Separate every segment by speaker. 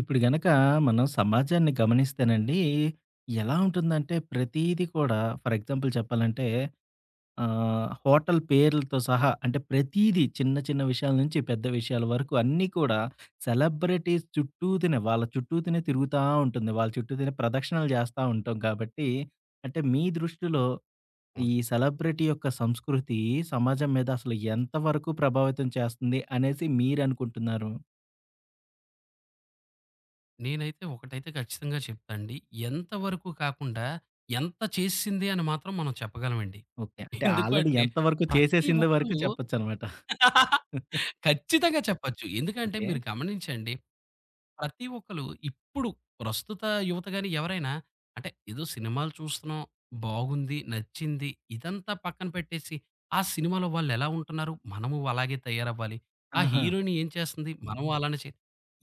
Speaker 1: ఇప్పుడు గనక మనం సమాజాన్ని గమనిస్తేనండి, ఎలా ఉంటుందంటే ప్రతీది కూడా ఫర్ ఎగ్జాంపుల్ చెప్పాలంటే హోటల్ పేర్లతో సహా అంటే ప్రతీది చిన్న చిన్న విషయాల నుంచి పెద్ద విషయాల వరకు అన్నీ కూడా సెలబ్రిటీస్ చుట్టూతనే వాళ్ళ చుట్టూతనే తిరుగుతా ఉంటుంది. వాళ్ళ చుట్టూతనే ప్రదక్షిణలు చేస్తా ఉంటాం కాబట్టి, అంటే మీ దృష్టిలో
Speaker 2: అవును.
Speaker 1: ఈ సెలబ్రిటీ యొక్క సంస్కృతి సమాజం మీద అసలు ఎంతవరకు ప్రభావితం చేస్తుంది అనేసి మీరనుకుంటున్నారు?
Speaker 2: నేనైతే ఒకటైతే ఖచ్చితంగా చెప్తా అండి. ఎంతవరకు కాకుండా, ఎంత చేసింది అని మాత్రం మనం చెప్పగలమండి.
Speaker 1: ఓకే. అంటే
Speaker 2: ఎందుకు
Speaker 1: ఆల్రెడీ
Speaker 2: అంటే,
Speaker 1: ఎంత వరకు
Speaker 2: ప్రతి
Speaker 1: చేసేసింది వరకు
Speaker 2: ఒక్కళ్ళు
Speaker 1: చెప్పొచ్చనమాట.
Speaker 2: ఖచ్చితంగా చెప్పొచ్చు. ఎందుకంటే
Speaker 1: ఓకే.
Speaker 2: మీరు గమనించండి, ప్రతి ఒక్కళ్ళు ఇప్పుడు ప్రస్తుత యువత గాని ఎవరైనా అంటే ఏదో సినిమాలు చూస్తున్నాం, బాగుంది, నచ్చింది ఇదంతా పక్కన పెట్టేసి, ఆ సినిమాలో వాళ్ళెలా ఉంటున్నారు, మనము అలాగే తయారవ్వాలి. ఆ
Speaker 1: ఆహా!
Speaker 2: హీరోయిన్ ఏం చేస్తుంది, మనం అలానే చే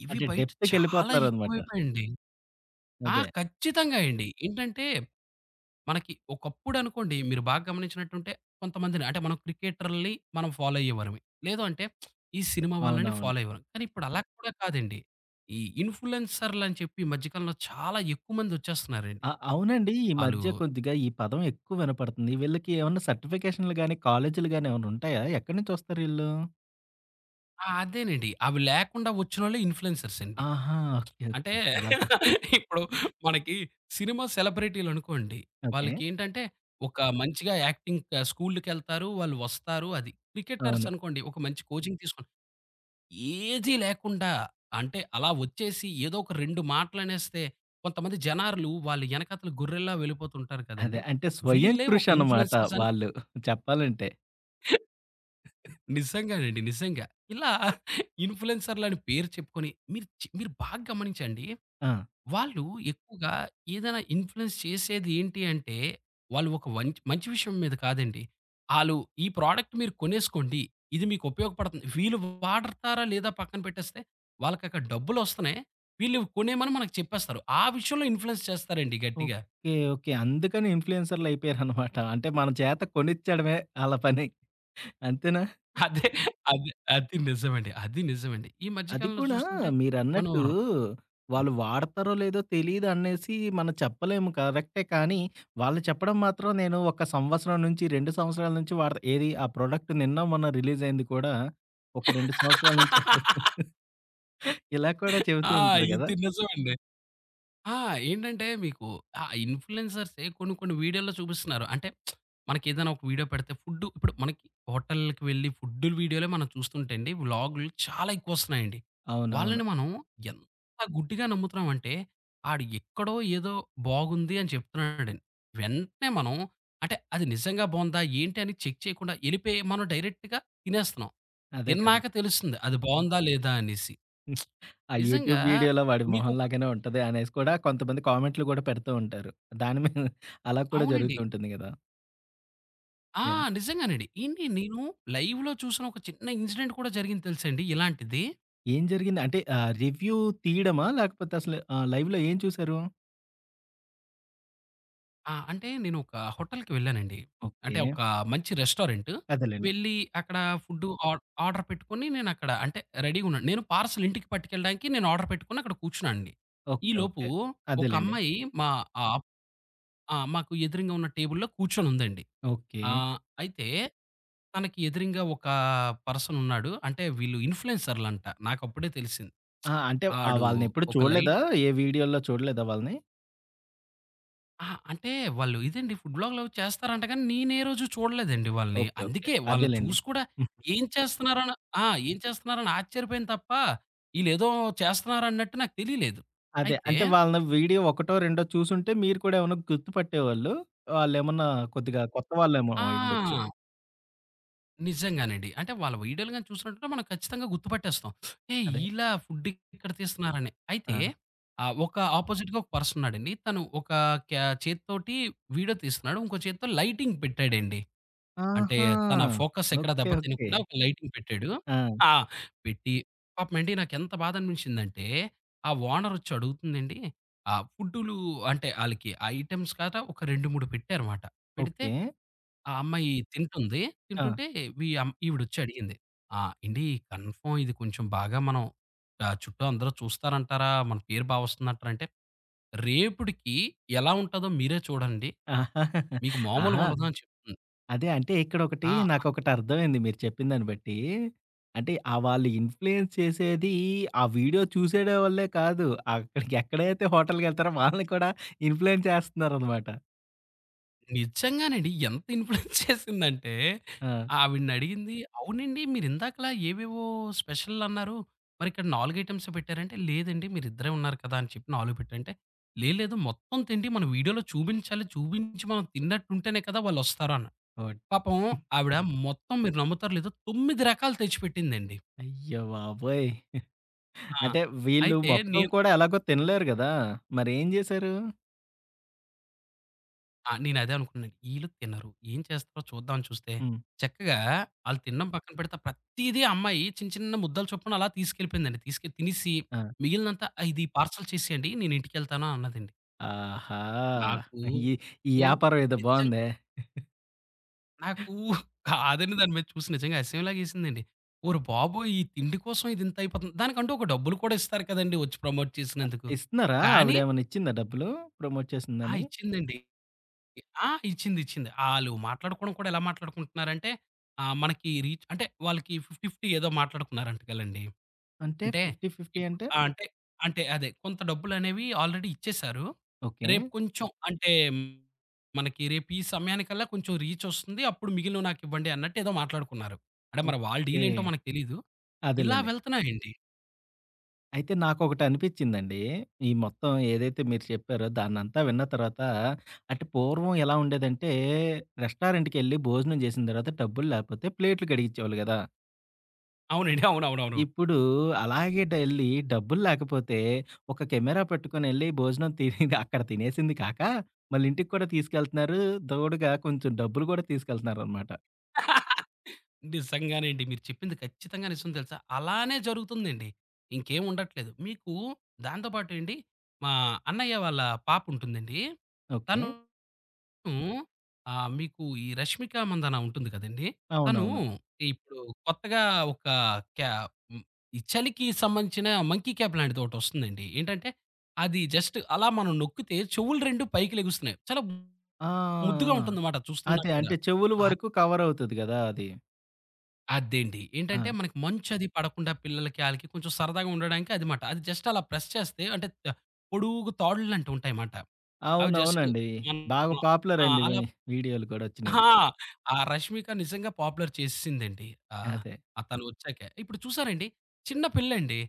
Speaker 2: ఇవి
Speaker 1: అంటే
Speaker 2: బయట చాలా
Speaker 1: డెప్త్‌కెళ్ళిపోతున్నారనమాట.
Speaker 2: ఎక్కువైపోయాయండి. ఆ!
Speaker 1: అదే.
Speaker 2: ఖచ్చితంగా అండి. ఏంటంటే, మనకి ఒకప్పుడనుకోండి మీరు బాగా గమనించినట్టుంటే కొంతమందిని అంటే మనం క్రికెటర్‌లని ఫాలో అయ్యేవారమే. లేదు అంటే ఈ సినిమా వాళ్ళని
Speaker 1: అవునవును.
Speaker 2: ఫాలో అయ్యేవారం. కానీ ఇప్పుడు అలా కూడా కాదండి. ఈ ఇన్‌ఫ్లూయెన్సర్‌లని చెప్పి ఈ మధ్య కాలంలో చాలా ఎక్కువ మందొచ్చేస్తున్నారండి.
Speaker 1: అవునండి. ఈ
Speaker 2: ఆళ్ళు
Speaker 1: మధ్య కొద్దిగా ఈ పదం ఎక్కువ వినపడుతుంది. వీళ్ళకి ఏమన్నా సర్టిఫికేషన్‌లు గాని, కాలేజీలు గాని ఏమన్నా ఉంటాయా? ఎక్కడి నుంచొస్తారు ఈళ్ళు?
Speaker 2: ఆ! అదేనండి. అవి లేకుండా వచ్చినోళ్ళే ఇన్‌ఫ్లూయెన్సర్స్ అండి.
Speaker 1: ఆహా! ఓకే.
Speaker 2: అంటే
Speaker 1: ఓకే. అలాగా.
Speaker 2: ఇప్పుడు మనకి సినిమా సెలబ్రిటీలనుకోండి.
Speaker 1: ఓకే.
Speaker 2: వాళ్ళకేంటంటే, ఒక మంచిగా యాక్టింగ్ స్కూలుకెళ్తారు. వాళ్ళు వస్తారు అది. క్రికెటర్స్
Speaker 1: అవును.
Speaker 2: అనుకోండి. ఒక మంచి కోచింగ్ తీసుకొని ఏదీ లేకుండా అంటే అలా వచ్చేసి ఏదో ఒక 2 మాటలనేస్తే కొంతమంది జనాలు వాళ్ళ ఎనకాతల గొర్రెల్లా వెళ్ళిపోతుంటారు
Speaker 1: అదే.
Speaker 2: కదండీ!
Speaker 1: అంటే స్వయం
Speaker 2: వీళ్ళే ఒక
Speaker 1: కృషి అనమాట
Speaker 2: ఇన్‌ఫ్లుయెన్సర్స్ అని
Speaker 1: వాళ్ళు చెప్పాలంటే.
Speaker 2: నిజంగానండి. నిజంగా. ఇలా ఇన్‌ఫ్లుయెన్సర్‌లని పేరు చెప్పుకొని మీరు బాగా గమనించండి.
Speaker 1: ఆ!
Speaker 2: వాళ్ళు ఎక్కువగా ఏదైనా ఇన్‌ఫ్లూయెన్స్ చేసేది ఏంటి అంటే, వాళ్ళు ఒక మంచి విషయం మీద కాదండి. ఆళ్ళు ఈ ప్రోడక్ట్ మీరు కొనేసుకోండి. ఇది మీకు ఉపయోగపడుతుంది. వీళ్ళు వాడతారా లేదా పక్కన పెట్టేస్తే, వాళ్ళకక్కడ డబ్బులొస్తున్నాయి. వీళ్ళు కొనేయమని మనకు చెప్పేస్తారు. ఆ విషయంలో ఇన్‌ఫ్లూయెన్స్ చేస్తారండి గట్టిగా.
Speaker 1: ఓకే. ఓకే. అందుకని ఇన్‌ఫ్లుయెన్సర్‌లయిపోయారనమాట. అంటే మన చేత కొనిచ్చడమే ఆళ్ళ పని. అంతేనా?
Speaker 2: అదే అది అది నిజమండి. ఈ మధ్య
Speaker 1: అది
Speaker 2: కాలంలో
Speaker 1: కూడా
Speaker 2: చూస్తుంటే మనం
Speaker 1: మీరన్నట్టు
Speaker 2: ర్
Speaker 1: వాళ్ళు వాడతారో లేదో తెలీదు అనేసి మనం చెప్పలేము కరెక్టే. కానీ వాళ్ళు చెప్పడం మాత్రం నేను ఒక సంవత్సరం నుంచి, 2 సంవత్సరాల నుంచి వాడతా. ఏది ఆ ప్రొడక్ట్ నిన్న మొన్న రిలీజ్ అయింది కూడా ఒక 2 సంవత్సరాల నుంచి వాడుతున్నా. ఇలా కూడా చెబుతూ
Speaker 2: ఆ!
Speaker 1: ఉంటారు గదా!
Speaker 2: ఇది నిజమండి. ఆ! ఏంటంటే మీకు ఆ ఇన్‌ఫ్లుయెన్సర్సే కొన్ని కొన్ని వీడియోల్లో చూపిస్తున్నారు. అంటే మనకేదైనా ఒక వీడియో పెడితే ఫుడ్డు ఇప్పుడు మనకి హోటల్‌కి వెళ్లి ఫుడ్డు వీడియోలే మనం చూస్తుంటే అండి వ్లాగులు చాలా ఎక్కువొస్తున్నాయండి.
Speaker 1: అవునవును.
Speaker 2: వాళ్ళని మనం ఎంత గుడ్డిగా నమ్ముతున్నామంటే ఆడు ఎక్కడో ఏదో బాగుంది అని చెప్తున్నాడండి. వెంటనే మనం అంటే అది నిజంగా బావుందా? ఏంటి? అని చెక్ చేయకుండా ఎళ్ళిపోయి మనం డైరెక్ట్‌గా తినేస్తున్నాం.
Speaker 1: అదే కదా!
Speaker 2: తిన్నాక తెలుస్తుంది అది బావుందా? లేదా? అనేసి.
Speaker 1: ఆ
Speaker 2: నిజంగా
Speaker 1: యూట్యూబ్ వీడియోలో వాడి మొహం
Speaker 2: మీకొక
Speaker 1: లాగానే ఉంటది అనేసి కూడా కొంతమంది కామెంట్లు గూడా పెడుతూ ఉంటారు. దాని మీద అలా కూడా
Speaker 2: అవునండి.
Speaker 1: జరుగుతూ ఉంటుంది గదా!
Speaker 2: ఆ!
Speaker 1: యాహ్!
Speaker 2: నిజంగానండి. ఏంటి నేను లైవ్‌లో చూసిన ఒక చిన్న ఇన్సిడెంట్ కూడా జరిగింది తెలుసాండి ఇలాంటిది.
Speaker 1: ఏం జరిగింది? అంటే రివ్యూ తీయడమా? లేకపోతే అసలు లైవ్‌లో ఏం చూసారు?
Speaker 2: ఆ! అంటే నేను ఒక హోటల్‌కి వెళ్ళానండి. అంటే
Speaker 1: ఓకే.
Speaker 2: ఒక మంచి రెస్టారెంట్.
Speaker 1: అదేలెండి.
Speaker 2: వెళ్ళి అక్కడ ఫుడ్ ఆర్ ఆర్డర్ పెట్టుకొని నేనక్కడ అంటే రెడీగున్నాను. నేను పార్సెల్ ఇంటికి పట్టుకెళ్ళడానికి నేను ఆర్డర్ పెట్టుకొని అక్కడ కూర్చున్నానండి.
Speaker 1: ఓకే.
Speaker 2: ఈలోపు
Speaker 1: ఓకే.
Speaker 2: ఒక
Speaker 1: అదేలెండి.
Speaker 2: అమ్మాయి మా ఆహ్, ఆ! మాకు ఎదురుంగా ఉన్న టేబుల్‌లో కూర్చొనుందండి.
Speaker 1: ఓకే.
Speaker 2: ఆహ్, అయితే తనకి ఎదురుంగా ఒక పర్సన్ ఉన్నాడు. అంటే వీళ్ళు ఇన్‌ఫ్లుయెన్సర్‌లంట. నాకప్పుడే తెలిసింది.
Speaker 1: ఆ! అంటే
Speaker 2: ఆడు
Speaker 1: వాళ్ళనెప్పుడు
Speaker 2: ఒక లై
Speaker 1: చూడలేదా? ఏ వీడియోలో చూడలేదా వాళ్ళని?
Speaker 2: అహా! అంటే వాళ్ళు ఇదండి ఫుడ్ వ్లాగ్‌లు అవి చేస్తారంట గానీ, నేనే రోజు చూడలేదండి వాళ్ళని.
Speaker 1: ఓకే. ఓకే.
Speaker 2: అందుకే వాళ్ళని
Speaker 1: అదేలెండి.
Speaker 2: చూసి కూడా
Speaker 1: హ్మ్.
Speaker 2: ఏం చేస్తున్నారని ఆ! ఏం చేస్తున్నారని ఆశ్చర్యపోయాను తప్ప, ఈళ్ళేదో చేస్తున్నారన్నట్టు నాకు తెలియలేదు.
Speaker 1: అదే.
Speaker 2: అయితే
Speaker 1: అంటే వాళ్ళని వీడియో ఒకటో, రెండో చూసుంటే మీరు కూడా ఏమన్నా గుర్తుపట్టేవాళ్ళు. వాళ్ళేమన్నా కొద్దిగా కొత్త వాళ్ళేమో అయ్యుండొచ్చు.
Speaker 2: ఆ! నిజంగానండి. అంటే వాళ్ళ వీడియోలు గాని చూసినట్టుంటే మనం ఖచ్చితంగా గుర్తుపట్టేస్తాం. ఏయ్!
Speaker 1: అదే.
Speaker 2: ఈళ్ళా ఫుడ్ ఇక్కడ తీస్తున్నారని. అయితే
Speaker 1: ఆ!
Speaker 2: ఒక ఆపోజిట్‌గా ఒక పర్సన్ ఉన్నాడండి. తను ఒక చేత్తోటి వీడియో తీస్తున్నాడు. ఇంకో చేత్తో లైటింగ్ పెట్టాడండి. అంటే
Speaker 1: ఆహా!
Speaker 2: తన ఫోకస్ ఎక్కడా
Speaker 1: ఓకే.
Speaker 2: దెబ్బ
Speaker 1: ఓకే.
Speaker 2: తినకుండా ఒక లైటింగ్ పెట్టాడు.
Speaker 1: ఆ!
Speaker 2: ఆ! పెట్టి పాపమేంటి నాకెంత బాధనిపించిందంటే, ఆ ఓనరొచ్చి అడుగుతుందండి, ఆ ఫుడ్డులు అంటే ఆళ్ళకి ఐటెమ్స్ కాక ఒక 2, 3 పెట్టారుమాట. పెడితే
Speaker 1: ఓకే.
Speaker 2: ఆ అమ్మాయి తింటుంది.
Speaker 1: ఆ! ఆహా!
Speaker 2: తింటుంటే వి అమ్ ఈవిడొచ్చి అడిగింది. "ఆ! ఏండి కన్ఫర్మ్ ఇది కొంచెం బాగా మనం చుట్టూ అందరూ చూస్తారంటారా? మన పేరు బా వస్తుందంటారా?" అంటే, "రేపుటికి ఎలా ఉంటదో మీరే చూడండి. మీకు
Speaker 1: ఆహా!
Speaker 2: మామూలుగుండదు" అని చెప్తుంది.
Speaker 1: అదే. అంటే ఇక్కడొకటి
Speaker 2: ఆ!
Speaker 1: నాకొకటర్థమైంది మీరు చెప్పిన దాన్ని బట్టి. అంటే ఆ వాళ్ళు ఇన్‌ఫ్లూయెన్స్ చేసేది ఆ వీడియో చూసేడోళ్ళే కాదు. అక్కడికి ఎక్కడైతే హోటల్‌కెళ్తారో వాళ్ళని కూడా ఇన్‌ఫ్లూయెన్స్ చేస్తున్నారనమాట.
Speaker 2: నిజంగానండి. ఎంత ఇన్‌ఫ్లూయెన్స్ చేసిందంటే,
Speaker 1: ఆ!
Speaker 2: ఆవిడనడిగింది, "అవునండి మీరిందాకలా ఏవేవో స్పెషల్‌లన్నారు. మరిక్కడ 4 ఐటెమ్సే పెట్టారంటే" "లేదండి మీరిద్దరే ఉన్నారు కదా!" అని చెప్పి 4 పెట్టంటే, "లేదు లేదు మొత్తం తిండి మనం వీడియోలో చూపించాలి. చూపించి మనం తిన్నట్టుంటేనే కదా! వాళ్ళొస్తారు" అన్నారు.
Speaker 1: ఓట్.
Speaker 2: పాపం ఆవిడ మొత్తం మీరు నమ్ముతారో లేదో 9 రకాలు తెచ్చిపెట్టిందండి.
Speaker 1: అయ్య బాబోయ్!
Speaker 2: ఆ!
Speaker 1: అంటే వీళ్ళు
Speaker 2: అయితే
Speaker 1: మొత్తం
Speaker 2: నే
Speaker 1: కూడా ఎలాగో తినలేరు గదా! మరేం జేశారు?
Speaker 2: ఆ! నేనదే అనుకున్నాను. ఈళ్ళు తినరు. ఏం చేస్తారో చూద్దాం అని చూస్తే,
Speaker 1: హ్మ్.
Speaker 2: చక్కగా ఆళ్ళు తినడం పక్కన పెడితే ప్రతీదీ ఆ అమ్మాయి చిన్న చిన్న ముద్దల చొప్పున అలా తీసుకెళ్ళిపోయిందండి. తీసుకెళ్ళి తినేసి
Speaker 1: ఆ!
Speaker 2: మిగిలినంతా "ఆ! ఇది పార్సెల్ చేసేయండి. నేను ఇంటికెళ్తాను" అన్నదండి.
Speaker 1: ఆహా!
Speaker 2: నాకు
Speaker 1: ఈ ఈ యాపారం ఏదో
Speaker 2: నిజం
Speaker 1: బావుందే.
Speaker 2: నాకు కాదని దాని మీద చూసి నిజంగా అసహ్యం లాగేసిందండి. ఓరి బాబోయ్! ఈ తిండి కోసం ఇది ఇంత అయిపోతుంది. దానికంటూ ఒక డబ్బులు కూడా ఇస్తారు కదండీ! వచ్చి ప్రమోట్ చేసినందుకు.
Speaker 1: ఇస్తున్నారా?
Speaker 2: కానీ
Speaker 1: ఆవిడేమన్నా ఇచ్చిందా డబ్బులు ప్రమోట్
Speaker 2: ఆ!
Speaker 1: చేసిందని?
Speaker 2: ఇచ్చిందండి. ఆ! ఇచ్చింది. ఆళ్ళు మాట్లాడుకోవడం కూడా ఎలా మాట్లాడుకుంటున్నారంటే, మనకి రీచ్ అంటే వాళ్ళకి 50, 50 ఏదో మాట్లాడుకున్నారంట కలండీ.
Speaker 1: అంటే
Speaker 2: అంటే
Speaker 1: 50, 50
Speaker 2: ఇప్పుడు
Speaker 1: అంటే?
Speaker 2: ఆ! అంటే, అంటే అదే కొంత డబ్బులనేవి ఆల్రెడీ ఇచ్చేశారు.
Speaker 1: ఓకే.
Speaker 2: రేపు కొంచెం అంటే మనకి రేపు ఈ సమయానికల్లా కొంచెం రీచ్ వస్తుంది. అప్పుడు మిగిలినవి నాకివ్వండి అన్నట్టు ఏదో మాట్లాడుకున్నారు. అంటే మరి వాళ్ళ
Speaker 1: ఓకే.
Speaker 2: డీల్ ఏంటో మనకు తెలీదు. ఇలా
Speaker 1: అదేలెండి.
Speaker 2: వెళ్తున్నాయండి.
Speaker 1: అయితే నాకొకటనిపిచ్చిందండి. ఈ మొత్తం ఏదైతే మీరు చెప్పారో దాన్నంతా విన్న తర్వాత అంటే పూర్వం ఎలా ఉండేదంటే రెస్టారెంట్‌కెళ్ళి భోజనం జేసిన తర్వాత డబ్బులు లేకపోతే ప్లేట్లు కడిగిచ్చేవాళ్ళు గదా!
Speaker 2: అవునండి. అవునవునవును.
Speaker 1: ఇప్పుడు అలాగే డెళ్లి డబ్బులు లేకపోతే ఒక కెమెరా పెట్టుకొనెళ్లి భోజనం తినేది అక్కడ తినేసింది కాక మళ్ళీ ఇంటికి కూడా తీసుకెళ్తున్నారు. తోడుగా కొంచెం డబ్బులు గూడా తీసుకెళ్తున్నారనమాట.
Speaker 2: నిజంగానండి. మీరు చెప్పింది ఖచ్చితంగా నిజం తెలుసా! అలానే జరుగుతుందండి. ఇంకేం ఉండట్లేదు. మీకు దాంతో పాటండి మా అన్నయ్య వాళ్ళ పాపుంటుందండి.
Speaker 1: ఓకే.
Speaker 2: తను మీకు ఈ 'రష్మిక మందాన' ఉంటుంది కదండీ! తను
Speaker 1: అవునవును.
Speaker 2: ఇప్పుడు కొత్తగా ఒక క్యా హ్మ్. ఈ చలికి సంబంధించిన మంకీ క్యాప్ లాంటిదొకటొస్తుందండి. ఏంటంటే అది జస్ట్ అలా మనం నొక్కితే చెవులు 2 పైకి లెగుస్తున్నాయి. చాలా
Speaker 1: ఆ! ఆ!
Speaker 2: ముద్దుగా
Speaker 1: ఆ!
Speaker 2: ఉంటుందన్నమాట చూస్తున్నా
Speaker 1: అదే.
Speaker 2: కూడా.
Speaker 1: అంటే చెవుల వరకు కవరవుతది గదా! అది.
Speaker 2: అదేండి.
Speaker 1: ఆ!
Speaker 2: ఏంటంటే మనకి మంచది పడకుండా పిల్లలకి ఆళ్ళకి కొంచెం సరదాగా ఉండడానికి అది మాట. అది జస్ట్ అలా ప్రెస్ చేస్తే అంటే త పొడుగు తాడుల్లాంటివి ఉంటాయన్నమాట. అవి జస్ట్
Speaker 1: అవునవునండి.
Speaker 2: మనం
Speaker 1: బాగా పాపులర్
Speaker 2: ఆ!
Speaker 1: అయింది
Speaker 2: అలా
Speaker 1: వీడియోలు కూడా వచ్చినయి.
Speaker 2: ఆ! ఆ 'రష్మిక' నిజంగా పాపులర్ చేసేసిందండి. ఆహ్,
Speaker 1: అదే.
Speaker 2: ఆ తను వచ్చాకే. ఇప్పుడు చూసారండి చిన్న పిల్లండి.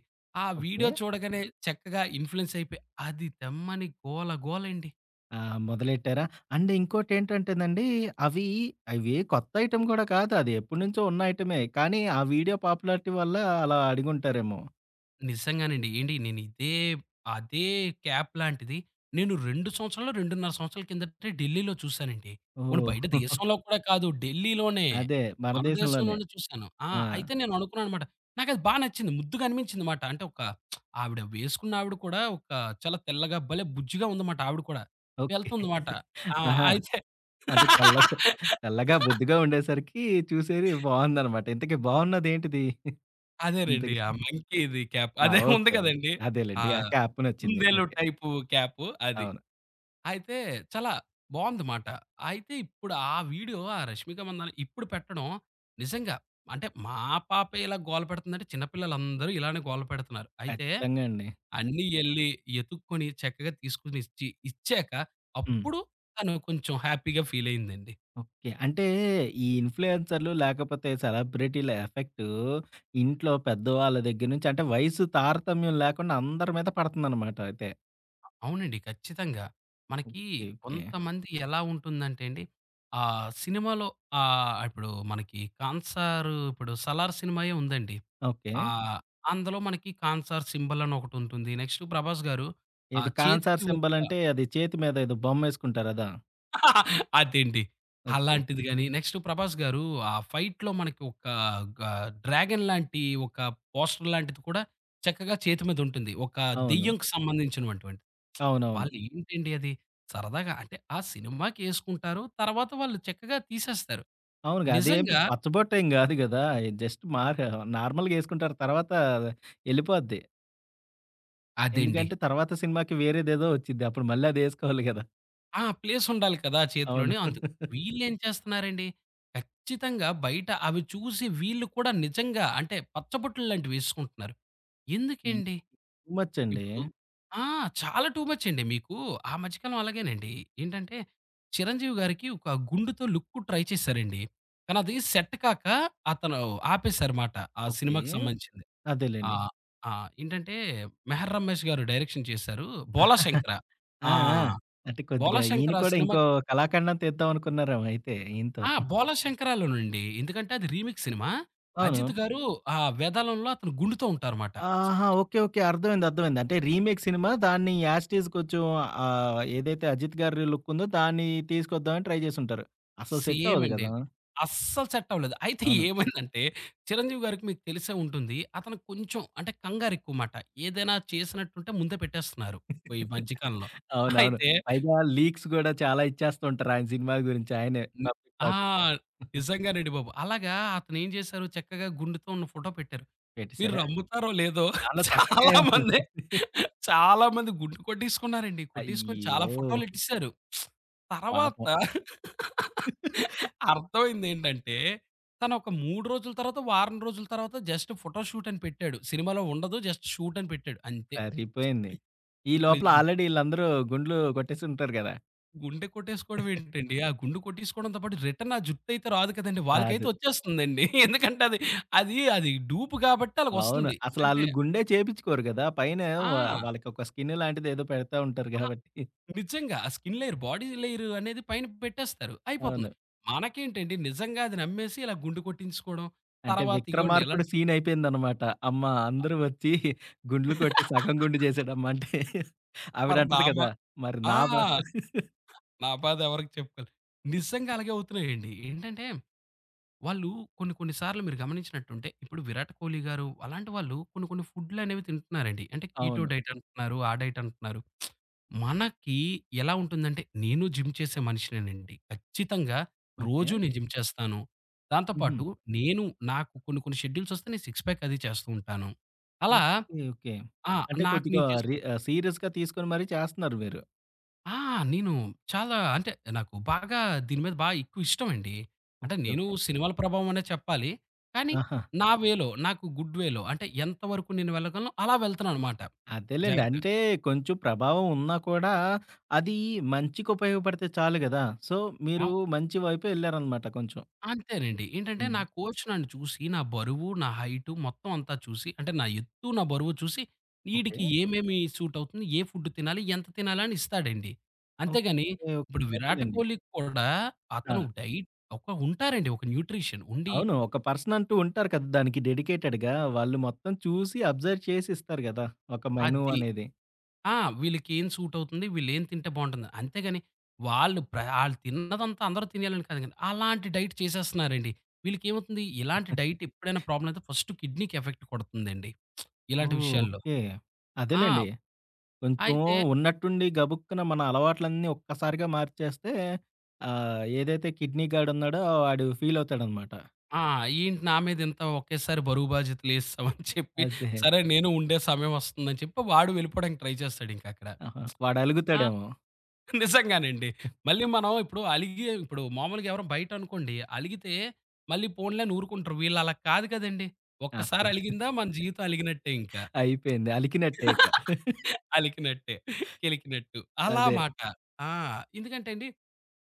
Speaker 2: ఆ
Speaker 1: ఓకే.
Speaker 2: వీడియో చూడగానే చక్కగా ఇన్‌ఫ్లూయెన్స్ అయిపోయి అది తెమ్మని గోల గోలండి.
Speaker 1: ఆ! మొదలెట్టారా? అండ్ ఇంకోటేంటంటేనండి అవి అవి కొత్త ఐటెమ్ గూడా కాదు. అది ఎప్పటినుంచో ఉన్న ఐటెమే. కానీ ఆ వీడియో పాపులారిటీ వల్ల అలా అడిగుంటారేమో.
Speaker 2: నిజంగానండి. ఏండి నేను ఇదే అదే క్యాప్ లాంటిది నేను 2 సంవత్సరాలో, 2.5 సంవత్సరాల కిందటే ఢిల్లీలో చూసానండి. పోనీ
Speaker 1: ఓహ్!
Speaker 2: బయట దేశంలో కూడా కాదు ఢిల్లీలోనే.
Speaker 1: అదే మన
Speaker 2: మన
Speaker 1: దేశంలోనే.
Speaker 2: దేశంలోనే చూసాను. ఆ!
Speaker 1: ఆ!
Speaker 2: అయితే నేను అనుకున్నాననమాట. నాకది బా నచ్చింది. ముద్దుగా అనిపించింది మాట. అంటే ఒక ఆవిడ కూడా ఒక చాలా తెల్లగా భలే బుజ్జిగా ఉందమాట ఆవిడ కూడా.
Speaker 1: ఓకే.
Speaker 2: వెళ్తుందమాట. ఆ!
Speaker 1: ఆహా!
Speaker 2: అయితే
Speaker 1: అంటే తెల్లగా తెల్లగా బొద్దుగా ఉండేసరికి చూసేది బావుందనమాట. ఇంతకీ బావున్నదేంటిది?
Speaker 2: అదేనండి.
Speaker 1: ఇంతకీ
Speaker 2: ఆ మంకీది క్యాప్
Speaker 1: ఆ!
Speaker 2: అదే ఉంది
Speaker 1: ఓకే. ఓకే.
Speaker 2: కదండీ! ఆ
Speaker 1: అదేలెండి. ఆ క్యాప్ నచ్చింది.
Speaker 2: కుందేలు
Speaker 1: ఓకే.
Speaker 2: టైపు క్యాపు అది.
Speaker 1: అవును.
Speaker 2: అయితే చాలా బావుంది మాట. అయితే ఇప్పుడు ఆ వీడియో ఆ 'రష్మిక మందన' ఇప్పుడు పెట్టడం నిజంగా అంటే మా పాపే ఇలా గోల పెడుతుందంటే చిన్న పిల్లలందరూ ఇలానే గోల పెడుతున్నారు. అయితే
Speaker 1: ఖచ్చితంగా అండి.
Speaker 2: అన్నీ ఎళ్లి ఎతుక్కొని చక్కగా తీసుకొని ఇచ్చాక
Speaker 1: హ్మ్.
Speaker 2: అప్పుడు తను కొంచెం హ్యాపీగా ఫీల్ అయిందండి.
Speaker 1: ఓకే. అంటే ఈ ఇన్‌ఫ్లుయెన్సర్‌లు లేకపోతే సెలబ్రిటీల ఎఫెక్టు ఇంట్లో పెద్దవాళ్ళ దగ్గర నుంచి అంటే వయసు తారతమ్యం లేకుండా అందరి మీద పడుతుందనమాట అయితే.
Speaker 2: అవునండి. ఖచ్చితంగా. మనకి
Speaker 1: ఓకే. ఓకే.
Speaker 2: కొంతమంది ఎలా ఉంటుందంటే అండి ఆ సినిమాలో ఇప్పుడు మనకి 'కాన్సార్' ఇప్పుడు 'సలార్' సినిమాయే ఉందండి.
Speaker 1: ఓకే.
Speaker 2: ఆహ్, అందులో మనకి 'కాన్సార్ సింబల్' అని ఒకటుంటుంది. నెక్స్ట్ 'ప్రభాస్' గారు ఆ
Speaker 1: ఇది కాన్సార్
Speaker 2: చేతికి
Speaker 1: సింబల్
Speaker 2: ఒక
Speaker 1: అంటే అది చేతి మీద ఏదో బొమ్మేసుకుంటారు అదా?
Speaker 2: అదేండి
Speaker 1: ఓకే.
Speaker 2: అలాంటిది గాని, నెక్స్ట్ 'ప్రభాస్' గారు ఆ ఫైట్‌లో మనకి ఒక గ డ్రాగన్ లాంటి ఒక పోస్టర్ లాంటిది కూడా చక్కగా చేతి మీద ఉంటుంది. ఒక
Speaker 1: అవును.
Speaker 2: దెయ్యంకి సంబంధించినటువంటి.
Speaker 1: అవునవును.
Speaker 2: వాళ్ళు ఏంటండి అది సరదాగా అంటే ఆ సినిమాకేసుకుంటారు. తర్వాత వాళ్ళు చక్కగా తీసేస్తారు.
Speaker 1: అవునుగా అదేం
Speaker 2: నిజంగా
Speaker 1: పచ్చబొట్టేం గాదు గదా! జస్ట్ మార్ నార్మల్‌గా ఏసుకుంటారు. తర్వాత ఎళ్ళిపోద్ది.
Speaker 2: అదండి.
Speaker 1: ఎందుకంటే తర్వాత సినిమాకి వేరేదేదో వచ్చిద్ది. అప్పుడు మళ్ళీ అదేసుకోవాలి గదా!
Speaker 2: ఆ! ప్లేసుండాలి కదా!
Speaker 1: అవును.
Speaker 2: చేతిలోని. అందుకు వీళ్ళేం చేస్తున్నారండి, ఖచ్చితంగా బయట అవి చూసి వీళ్ళు కూడా నిజంగా అంటే పచ్చబొట్లు లాంటివి ఏసుకుంటున్నారు. ఎందుకండి?
Speaker 1: టూ మచ్ అండి.
Speaker 2: ఇప్పుడు ఆ! చాలా టూ మచ్ అండి. మీకు ఆ మధ్యకాలం అలాగేనండి. ఏంటంటే 'చిరంజీవి' గారికి ఒక గుండుతో లుక్ ట్రై చేశారండి. కానీ అది సెట్ కాక అతను ఆపేశారుమాట. ఆ
Speaker 1: ఓకే.
Speaker 2: సినిమాకి సంబంధించింది. ఆ!
Speaker 1: అదేలెండి.
Speaker 2: ఆ! ఏంటంటే 'మెహర్ రమేష్' గారు డైరెక్షన్ చేశారు. 'భోలా శంకర'.
Speaker 1: ఆ!
Speaker 2: ఆ!
Speaker 1: ఆ! అంటే కొద్దిగా
Speaker 2: 'భోలా
Speaker 1: ఈయన
Speaker 2: శంకర్' ఆ
Speaker 1: కూడా ఇంకో
Speaker 2: సినిమాకి
Speaker 1: కళాఖండం తీద్దామనుకున్నారేమో అయితే ఈయనతో.
Speaker 2: 'బోల శంకరా'లోనండి. ఎందుకంటే అది రీమేక్ సినిమా.
Speaker 1: అవును.
Speaker 2: అజిత్ గారు ఆ వెదలంలో అతను గుండుతో ఉంటారుమాట.
Speaker 1: ఆహా!
Speaker 2: అంటే
Speaker 1: ఓకే. ఓకే. అర్థమైంది. అర్థమైంది. అంటే రీమేక్ సినిమా దాన్ని యాజ్ టీజ్ కొంచెం ఏదైతే 'అజిత్' గారి లుక్ ఉందో దాన్ని తీసుకొద్దామని ట్రై చేసుంటారు. అసలు సెట్
Speaker 2: సేమ్
Speaker 1: అవ్వదు
Speaker 2: అండి.
Speaker 1: కదా!
Speaker 2: అస్సలు సెట్ అవ్వలేదు. అయితే
Speaker 1: అవును.
Speaker 2: ఏమైందంటే చిరంజీవి గారికి మీకు తెలిసే ఉంటుంది. అతనికి కొంచెం అంటే కంగారెక్కువమాట. ఏదైనా చేసినట్టుంటే ముందే పెట్టేస్తున్నారు. ఈ మధ్య కాలంలో.
Speaker 1: అవునవును.
Speaker 2: అయితే
Speaker 1: పైగా లీక్స్ గూడా చాలా ఇచ్చేస్తూ ఉంటారు ఆయన సినిమాల గురించి ఆయనే
Speaker 2: హ్మ్.
Speaker 1: పబ్లిక్
Speaker 2: ఆ!
Speaker 1: టాక్ మీద.
Speaker 2: నిజంగానండి బాబు. అలాగా అతనేం చేశారు చక్కగా గుండుతో ఉన్న ఫోటో పెట్టారు. మీరు
Speaker 1: పెట్టేసారా?
Speaker 2: నమ్ముతారో లేదో
Speaker 1: దానిలో చక్కగా ఏముంది?
Speaker 2: చాలామంది, చాలామంది గుండు కొట్టేసుకున్నారండి. కొట్టేసుకొని చాలా
Speaker 1: అయ్యో!
Speaker 2: ఫోటోలు ఎట్టేసారు. తర్వాత
Speaker 1: పాపం.
Speaker 2: అర్థమైందేంటంటే, తను ఒక 3 రోజుల తర్వాత, వారం రోజుల తర్వాత జస్ట్ ఫోటో షూట్ అని పెట్టాడు. సినిమాలో ఉండదు. జస్ట్ షూట్ అని పెట్టాడు అంతే.
Speaker 1: సరిపోయింది. ఈ
Speaker 2: ఇప్పుడు ఈ
Speaker 1: లోపల
Speaker 2: జు
Speaker 1: ఆల్రెడీ ఈళ్ళందరూ గుండ్లు కొట్టేసి ఉంటారు గదా!
Speaker 2: గుండె కొట్టేసుకోవడం ఏంటండి? ఆ గుండు కొట్టేసుకోవడంతో పాటు రిటర్న్ ఆ జుట్టయితే రాదు కదండీ!
Speaker 1: రాదు.
Speaker 2: వాళ్ళకైతే వచ్చేస్తుందండి. ఎందుకంటే అది డూప్ కాబట్టి
Speaker 1: అవును.
Speaker 2: ఆళ్ళకొస్తుంది.
Speaker 1: అసలు
Speaker 2: ఏంటంటే
Speaker 1: ఆళ్ళు గుండే చేపించుకోరు గదా! పైన వ
Speaker 2: ఆ!
Speaker 1: వాళ్ళకొక స్కిన్ లాంటిది ఏదో పెడతా ఉంటారు
Speaker 2: ఆ!
Speaker 1: గాబట్టి.
Speaker 2: నిజంగా. ఆ స్కిన్ లేయర్, బాడీ లేయర్ అనేది పైన పెట్టేస్తారు. అయిపోతుంది.
Speaker 1: అవును.
Speaker 2: మనకేంటండి నిజంగా అది నమ్మేసి ఇలా గుండు కొట్టించుకోవడం.
Speaker 1: అంటే
Speaker 2: తర్వాత ఇగోండి ఇలా
Speaker 1: 'విక్రమార్కుడు' సీన్ అయిపోయిందనమాట. అమ్మ! అందరూ వచ్చి గుండ్లు కొట్టి సగం గుండు చేసాడమ్మా అంటే
Speaker 2: మరి
Speaker 1: ఆవిడంటది
Speaker 2: నామ
Speaker 1: కదా! మరి
Speaker 2: ఆ!
Speaker 1: నా బ
Speaker 2: నా బాధ ఎవరికి చెప్పుకోవాలి. నిజంగా అలాగే అవుతున్నాయండి. ఏంటంటే వాళ్ళు కొన్ని కొన్ని సార్లు మీరు గమనించినట్టుంటే, ఇప్పుడు 'విరాట్ కోహ్లీ' గారు అలాంటి వాళ్ళు కొన్ని కొన్ని ఫుడ్‌లనేవి తింటున్నారండి. అంటే కీటో
Speaker 1: అవును.
Speaker 2: డైట్ అంటున్నారు, ఆ డైట్ అంటున్నారు. మనకి ఎలా ఉంటుందంటే, నేను జిమ్ చేసే మనిషినేనండి. ఖచ్చితంగా
Speaker 1: ఓకే.
Speaker 2: రోజూ నేను జిమ్ చేస్తాను. దాంతో
Speaker 1: హుహు.
Speaker 2: పాటు నేను నాకు కొన్ని కొన్ని షెడ్యూల్స్ వస్తే నేను సిక్స్ ప్యాక్ అది చేస్తూ ఉంటాను. అలా
Speaker 1: ఓకే. ఓకే.
Speaker 2: ఆ!
Speaker 1: అంటే
Speaker 2: నాకు
Speaker 1: కొద్దిగా
Speaker 2: నేను చేసుకుంటాను.
Speaker 1: సీరియస్‌గా తీసుకొని మరీ చేస్తున్నారు మీరు.
Speaker 2: ఆ! నేను చాలా అంటే నాకు బాగా దీని మీద బాగా ఎక్కువ ఇష్టమండి. అంటే
Speaker 1: ఓకే.
Speaker 2: నేను
Speaker 1: ఓకే.
Speaker 2: సినిమాల ప్రభావం అనే చెప్పాలి. కానీ
Speaker 1: ఆహా!
Speaker 2: నా వేలో నాకు గుడ్ వేలో అంటే ఎంతవరకు నేను వెళ్ళగలను అలా వెళ్తున్నాననమాట
Speaker 1: అదేలెండి.
Speaker 2: జాగ్రత్తగా.
Speaker 1: అంటే కొంచెం ప్రభావం ఉన్నా కూడా అది మంచికి ఉపయోగపడితే చాలు గదా! సో, మీరు
Speaker 2: అవ్
Speaker 1: మంచి వైపే ఎళ్లారనమాట కొంచెం.
Speaker 2: అంతేనండి. ఏంటంటే
Speaker 1: హ్మ్.
Speaker 2: నా కోచ్ నన్ను చూసి నా బరువు, నా హైటు మొత్తం అంతా చూసి అంటే నా ఎత్తు, నా బరువు చూసి
Speaker 1: ఓకే.
Speaker 2: ఈడికి ఏమేమి సూట్ అవుతుంది, ఏ ఫుడ్ తినాలి, ఎంత తినాలి అని ఇస్తాడండి.
Speaker 1: ఓకే.
Speaker 2: అంతేగాని
Speaker 1: ఓకే.
Speaker 2: ఇప్పుడు 'విరాట్
Speaker 1: అదేలెండి.
Speaker 2: కోహ్లీకి' కూడా
Speaker 1: ఆ!
Speaker 2: అతను డైట్ ఒక ఉంటారండి ఒక న్యూట్రిషన్ ఉండి
Speaker 1: అవును. ఒక పర్సన్ అంటూ ఉంటారు కదా! దానికి డెడికేటెడ్‌గా. వాళ్ళు మొత్తం చూసి అబ్జర్వ్ చేసి ఇస్తారు గదా! ఒక మెను
Speaker 2: అది
Speaker 1: అనేది.
Speaker 2: ఆ! వీళ్ళకేం సూట్ అవుతుంది, వీళ్ళేం తింటే బావుంటుంది. అంతేగాని వాళ్ళు ప్ర ఆళ్ళు తిన్నదంతా అందరూ తినేయాలని కాదు గాని, అలాంటి డైట్ చేసేస్తున్నారండి. వీళ్ళకేమవుతుంది, ఇలాంటి డైట్ ఎప్పుడైనా ప్రాబ్లమ్ అయితే ఫస్ట్ కిడ్నీకి ఎఫెక్ట్ కొడుతుందండి. ఇలాంటి
Speaker 1: ఓహ్!
Speaker 2: విషయాల్లో.
Speaker 1: ఓకే.
Speaker 2: ఆ!
Speaker 1: అదేలెండి. కొంచెం
Speaker 2: అయితే
Speaker 1: ఉన్నట్టుండి గబుక్కున మన అలవాట్లన్నీ ఒక్కసారిగా మార్చేస్తే ఏదైతే కిడ్నీ గాడున్నాడో వాడు ఫీల్ అవుతాడనమాట.
Speaker 2: ఆ! ఏంటి నా మీద ఇంత ఒకేసారి బరువు బాధ్యతలేసేసావు అని చెప్పి,
Speaker 1: అదే.
Speaker 2: సరే నేను ఉండే సమయం వస్తుందని చెప్పి వాడు వెళ్ళిపోవడానికి ట్రై చేస్తాడింకక్కడ.
Speaker 1: ఆహా!
Speaker 2: ఆ!
Speaker 1: వాడలుగుతాడేమో.
Speaker 2: నిజంగానండి. మళ్ళీ మనం ఇప్పుడు అలిగి ఇప్పుడు మామూలుగా ఎవరైనా బయటనుకోండి, అలిగితే మళ్ళీ పోన్లే అని ఊరుకుంటారు. వీళ్ళలా కాదు కదండీ!
Speaker 1: అసలు
Speaker 2: ఒక్కసారి అలిగిందా మన జీవితం అలిగినట్టే ఇంకా.
Speaker 1: అయిపోయింది. అలికినట్టే ఇక.
Speaker 2: అలికినట్టే. కెలికినట్టు. అలా
Speaker 1: అదే.
Speaker 2: మాట. ఆ! ఎందుకంటే అండి,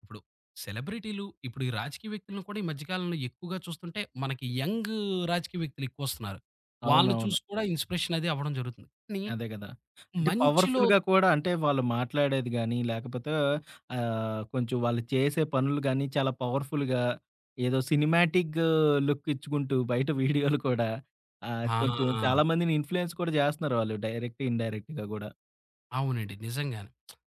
Speaker 2: ఇప్పుడు సెలబ్రిటీలు, ఇప్పుడు ఈ రాజకీయ వ్యక్తులను కూడా ఈ మధ్య కాలంలో ఎక్కువగా చూస్తుంటే, మనకి యంగ్ రాజకీయ వ్యక్తులు ఎక్కువొస్తున్నారు. వాళ్ళని
Speaker 1: అవునవును.
Speaker 2: చూసి కూడా ఇన్‌స్పిరేషన్ అది అవ్వడం జరుగుతుంది. కానీ
Speaker 1: అదే కదా! అంటే
Speaker 2: మంచిలో
Speaker 1: పవర్‌ఫుల్‌గా కూడా అంటే వాళ్ళు మాట్లాడేది గాని, లేకపోతే కొంచెం వాళ్ళు చేసే పనులు గాని చాలా పవర్‌ఫుల్‌గా ఏదో సినిమాటిక్ లుక్ ఇచ్చుకుంటూ బయట వీడియోలు కూడా కొంచెం చాలా
Speaker 2: ఆ!
Speaker 1: మందిని ఇన్‌ఫ్లుయెన్స్ కూడా చేస్తున్నారు వాళ్ళు డైరెక్ట్, ఇన్‌డైరెక్ట్‌గా గూడా.
Speaker 2: అవునండి. నిజంగానే.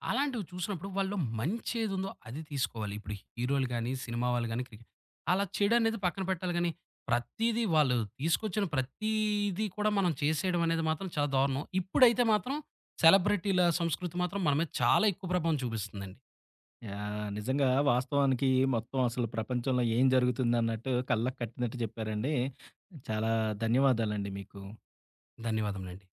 Speaker 2: అలాంటివి చూసినప్పుడు వాళ్ళు మంచేదుందో అది తీసుకోవాలి. ఇప్పుడు హీరోలు గాని, సినిమా వాళ్ళు గాని క్రికెట్ అలా చెడనేది పక్కన పెట్టాలి గానీ, ప్రతీదీ వాళ్ళు తీసుకొచ్చిన ప్రతీది కూడా మనం చేసేయడం అనేది మాత్రం చాలా దారుణం. ఇప్పుడైతే మాత్రం సెలబ్రిటీల సంస్కృతి మాత్రం మన మీద చాలా ఎక్కువ ప్రభావం చూపిస్తుందండి.
Speaker 1: యాహ్! నిజంగా వాస్తవానికి మొత్తం అసలు ప్రపంచంలో ఏం జరుగుతుందన్నట్టు కళ్ళకి కట్టినట్టు చెప్పారండి. చాలా ధన్యవాదాలండి మీకు.
Speaker 2: ధన్యవాదములండి.